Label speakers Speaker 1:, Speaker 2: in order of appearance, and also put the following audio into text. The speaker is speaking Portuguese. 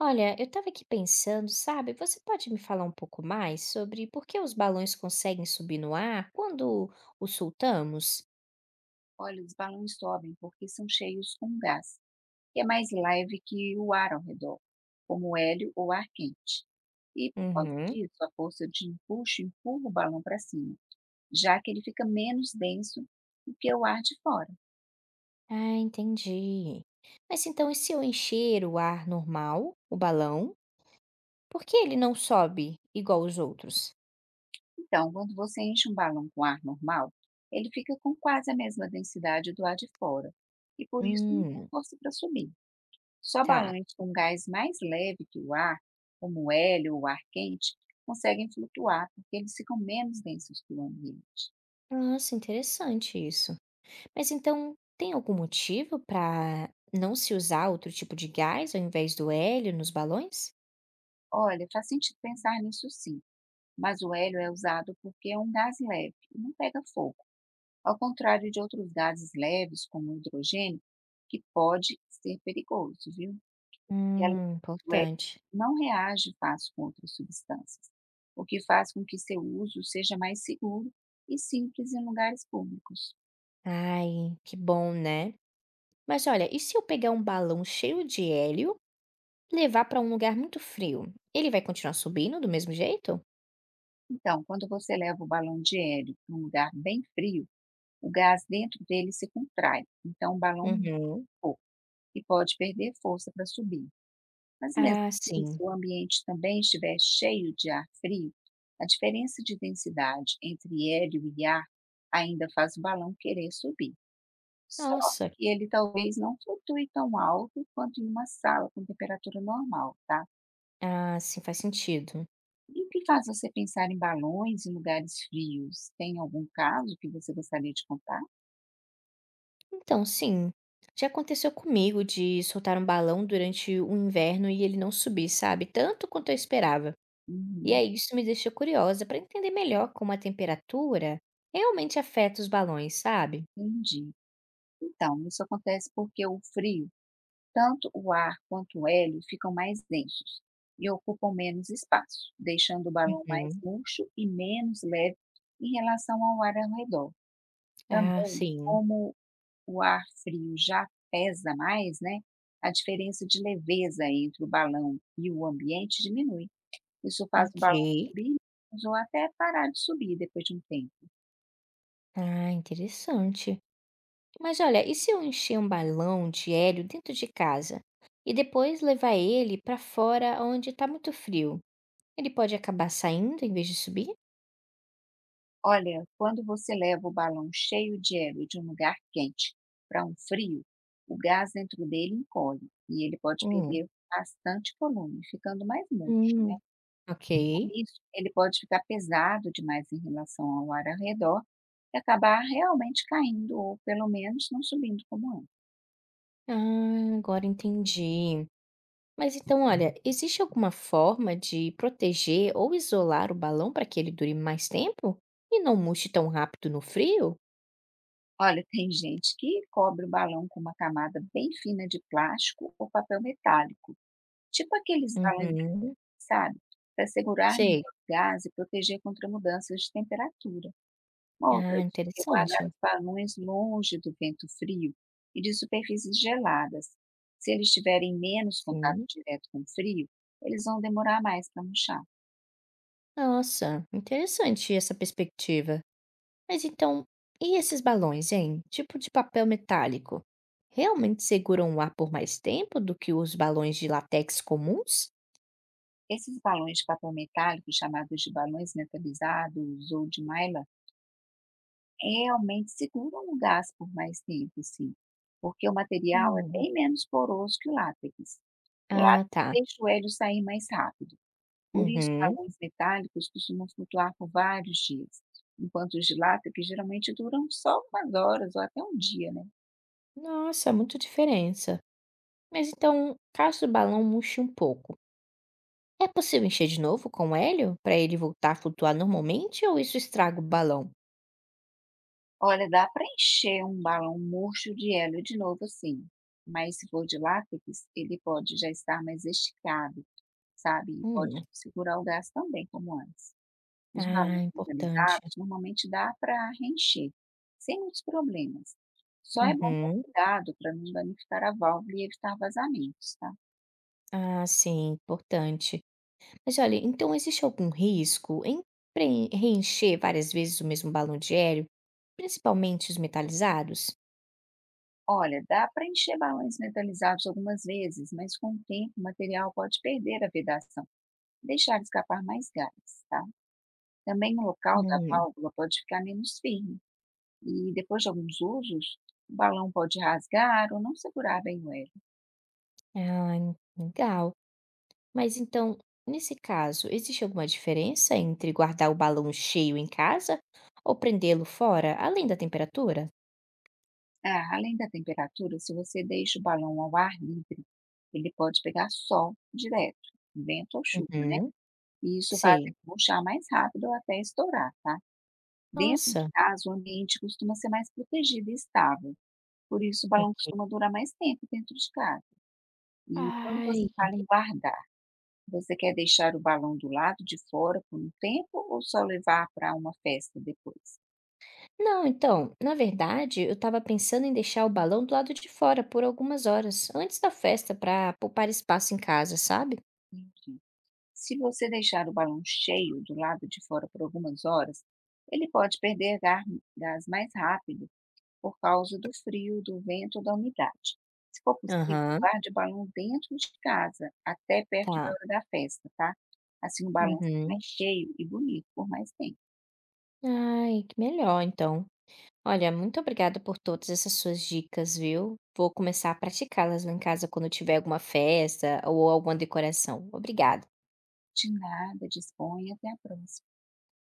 Speaker 1: Olha, eu estava aqui pensando, sabe? Você pode me falar um pouco mais sobre por que os balões conseguem subir no ar quando os soltamos?
Speaker 2: Olha, os balões sobem porque são cheios com gás, que é mais leve que o ar ao redor, como o hélio ou ar quente. E por causa
Speaker 1: Uhum.
Speaker 2: disso, a força de empuxo empurra o balão para cima, já que ele fica menos denso do que o ar de fora.
Speaker 1: Ah, entendi. Mas então, e se eu encher o ar normal, o balão, por que ele não sobe igual os outros?
Speaker 2: Então, quando você enche um balão com ar normal, ele fica com quase a mesma densidade do ar de fora, e por isso não tem
Speaker 1: Hum,
Speaker 2: força para subir. Só
Speaker 1: tá.
Speaker 2: balões com gás mais leve que o ar, como o hélio ou o ar quente, conseguem flutuar porque eles ficam menos densos que o ambiente.
Speaker 1: Nossa, interessante isso. Mas então, tem algum motivo para não se usar outro tipo de gás ao invés do hélio nos balões?
Speaker 2: Olha, faz sentido pensar nisso sim, mas o hélio é usado porque é um gás leve e não pega fogo, ao contrário de outros gases leves, como o hidrogênio, que pode ser perigoso, viu? E além disso, o hélio
Speaker 1: Importante.
Speaker 2: não reage fácil com outras substâncias, o que faz com que seu uso seja mais seguro e simples em lugares públicos.
Speaker 1: Ai, que bom, né? Mas olha, e se eu pegar um balão cheio de hélio, levar para um lugar muito frio? Ele vai continuar subindo do mesmo jeito?
Speaker 2: Então, quando você leva o balão de hélio para um lugar bem frio, o gás dentro dele se contrai, então o balão murchou
Speaker 1: Uhum.
Speaker 2: e pode perder força para subir. Mas mesmo
Speaker 1: Ah,
Speaker 2: assim,
Speaker 1: sim.
Speaker 2: se o ambiente também estiver cheio de ar frio, a diferença de densidade entre hélio e ar ainda faz o balão querer subir. Só
Speaker 1: Nossa.
Speaker 2: que ele talvez não flutue tão alto quanto em uma sala com temperatura normal, tá?
Speaker 1: Ah, sim, faz sentido.
Speaker 2: E o que faz você pensar em balões em lugares frios? Tem algum caso que você gostaria de contar?
Speaker 1: Então, sim. Já aconteceu comigo de soltar um balão durante o inverno e ele não subir, sabe? Tanto quanto eu esperava. E
Speaker 2: Uhum,
Speaker 1: aí isso me deixou curiosa para entender melhor como a temperatura realmente afeta os balões, sabe?
Speaker 2: entendi. Então, isso acontece porque o frio, tanto o ar quanto o hélio ficam mais densos e ocupam menos espaço, deixando o balão mais
Speaker 1: Uhum.
Speaker 2: murcho e menos leve em relação ao ar ao redor.
Speaker 1: Ah,
Speaker 2: Também,
Speaker 1: sim.
Speaker 2: como o ar frio já pesa mais, né? A diferença de leveza entre o balão e o ambiente diminui. Isso faz o
Speaker 1: Ok.
Speaker 2: balão subir ou até parar de subir depois de um tempo.
Speaker 1: Ah, interessante. Mas olha, e se eu encher um balão de hélio dentro de casa e depois levar ele para fora onde está muito frio? Ele pode acabar saindo em vez de subir?
Speaker 2: Olha, quando você leva o balão cheio de hélio de um lugar quente para um frio, o gás dentro dele encolhe e ele pode
Speaker 1: Hum,
Speaker 2: perder bastante volume, ficando mais murcho, né.
Speaker 1: Hum, ok.
Speaker 2: Com isso, ele pode ficar pesado demais em relação ao ar ao redor e acabar realmente caindo ou, pelo menos, não subindo como antes.
Speaker 1: Ah, agora entendi. Mas então, olha, existe alguma forma de proteger ou isolar o balão para que ele dure mais tempo e não murche tão rápido no frio?
Speaker 2: Olha, tem gente que cobre o balão com uma camada bem fina de plástico ou papel metálico. Tipo aqueles balangres,
Speaker 1: Uhum,
Speaker 2: sabe, para segurar melhor
Speaker 1: sei.
Speaker 2: o gás e proteger contra mudanças de temperatura. Uma outra
Speaker 1: Ah,
Speaker 2: dica é guardar
Speaker 1: interessante.
Speaker 2: os balões longe do vento frio e de superfícies geladas. Se eles tiverem menos contato
Speaker 1: Sim.
Speaker 2: direto com o frio, eles vão demorar mais para murchar.
Speaker 1: Nossa, interessante essa perspectiva. Mas então, e esses balões, hein? Tipo de papel metálico. Realmente seguram o ar por mais tempo do que os balões de látex comuns?
Speaker 2: Esses balões de papel metálico, chamados de balões metalizados ou de mylar, realmente seguram o gás por mais tempo, sim, porque o material é
Speaker 1: Hum.
Speaker 2: bem menos poroso que o látex. Claro,
Speaker 1: Ah, tá.
Speaker 2: deixa o hélio sair mais rápido. Por isso,
Speaker 1: Uhum.
Speaker 2: balões metálicos costumam flutuar por vários dias, enquanto os de lata, que geralmente duram só umas horas ou até um dia, né.
Speaker 1: Nossa, muita diferença. Mas então, caso o balão murche um pouco, é possível encher de novo com hélio para ele voltar a flutuar normalmente ou isso estraga o balão?
Speaker 2: Olha, dá para encher um balão murcho de hélio de novo, assim, mas se for de látex, ele pode já estar mais esticado, sabe, e pode
Speaker 1: Hum.
Speaker 2: segurar o gás também como antes. Os
Speaker 1: Ah,
Speaker 2: balões
Speaker 1: importante.
Speaker 2: metalizados normalmente dá para reencher, sem muitos problemas. Só é bom ter
Speaker 1: Uhum.
Speaker 2: cuidado para não danificar a válvula e evitar vazamentos, tá?
Speaker 1: Ah, sim, importante. Mas olha, então existe algum risco em preen reencher várias vezes o mesmo balão de hélio, principalmente os metalizados?
Speaker 2: Olha, dá para encher balões metalizados algumas vezes, mas com o tempo o material pode perder a vedação, deixar escapar mais gases, tá? Também o local da
Speaker 1: Hum,
Speaker 2: válvula pode ficar menos firme e depois de alguns usos, o balão pode rasgar ou não segurar bem o ar.
Speaker 1: ah, en legal. Mas então, nesse caso, existe alguma diferença entre guardar o balão cheio em casa ou prendê-lo fora, além da temperatura?
Speaker 2: Ah, além da temperatura, se você deixa o balão ao ar livre, ele pode pegar sol direto, vento ou chuva, né?
Speaker 1: Uhum,
Speaker 2: E isso faz
Speaker 1: sei.
Speaker 2: ele murchar mais rápido ou até estourar, tá? Dentro de
Speaker 1: Nossa,
Speaker 2: casa, o ambiente costuma ser mais protegido e estável. Por isso, o balão
Speaker 1: ok.
Speaker 2: costuma durar mais tempo dentro de casa. E quando você
Speaker 1: Ai.
Speaker 2: fala em guardar, você quer deixar o balão do lado de fora por um tempo ou só levar para uma festa depois?
Speaker 1: Não, então, na verdade, eu estava pensando em deixar o balão do lado de fora por algumas horas, antes da festa, para poupar espaço em casa, sabe?
Speaker 2: Entendi. Se você deixar o balão cheio do lado de fora por algumas horas, ele pode perder gás mais rápido por causa do frio, do vento ou da umidade. Se for possível,
Speaker 1: Aham.
Speaker 2: guarde o balão dentro de casa, até perto da
Speaker 1: Tá.
Speaker 2: hora da festa, tá? Assim o balão fica
Speaker 1: Uhum.
Speaker 2: mais cheio e bonito por mais tempo.
Speaker 1: Ai, que melhor, então. Olha, muito obrigada por todas essas suas dicas, viu? Vou começar a praticá-las lá em casa quando eu tiver alguma festa ou alguma decoração. Obrigada.
Speaker 2: De nada, disponha, até a próxima.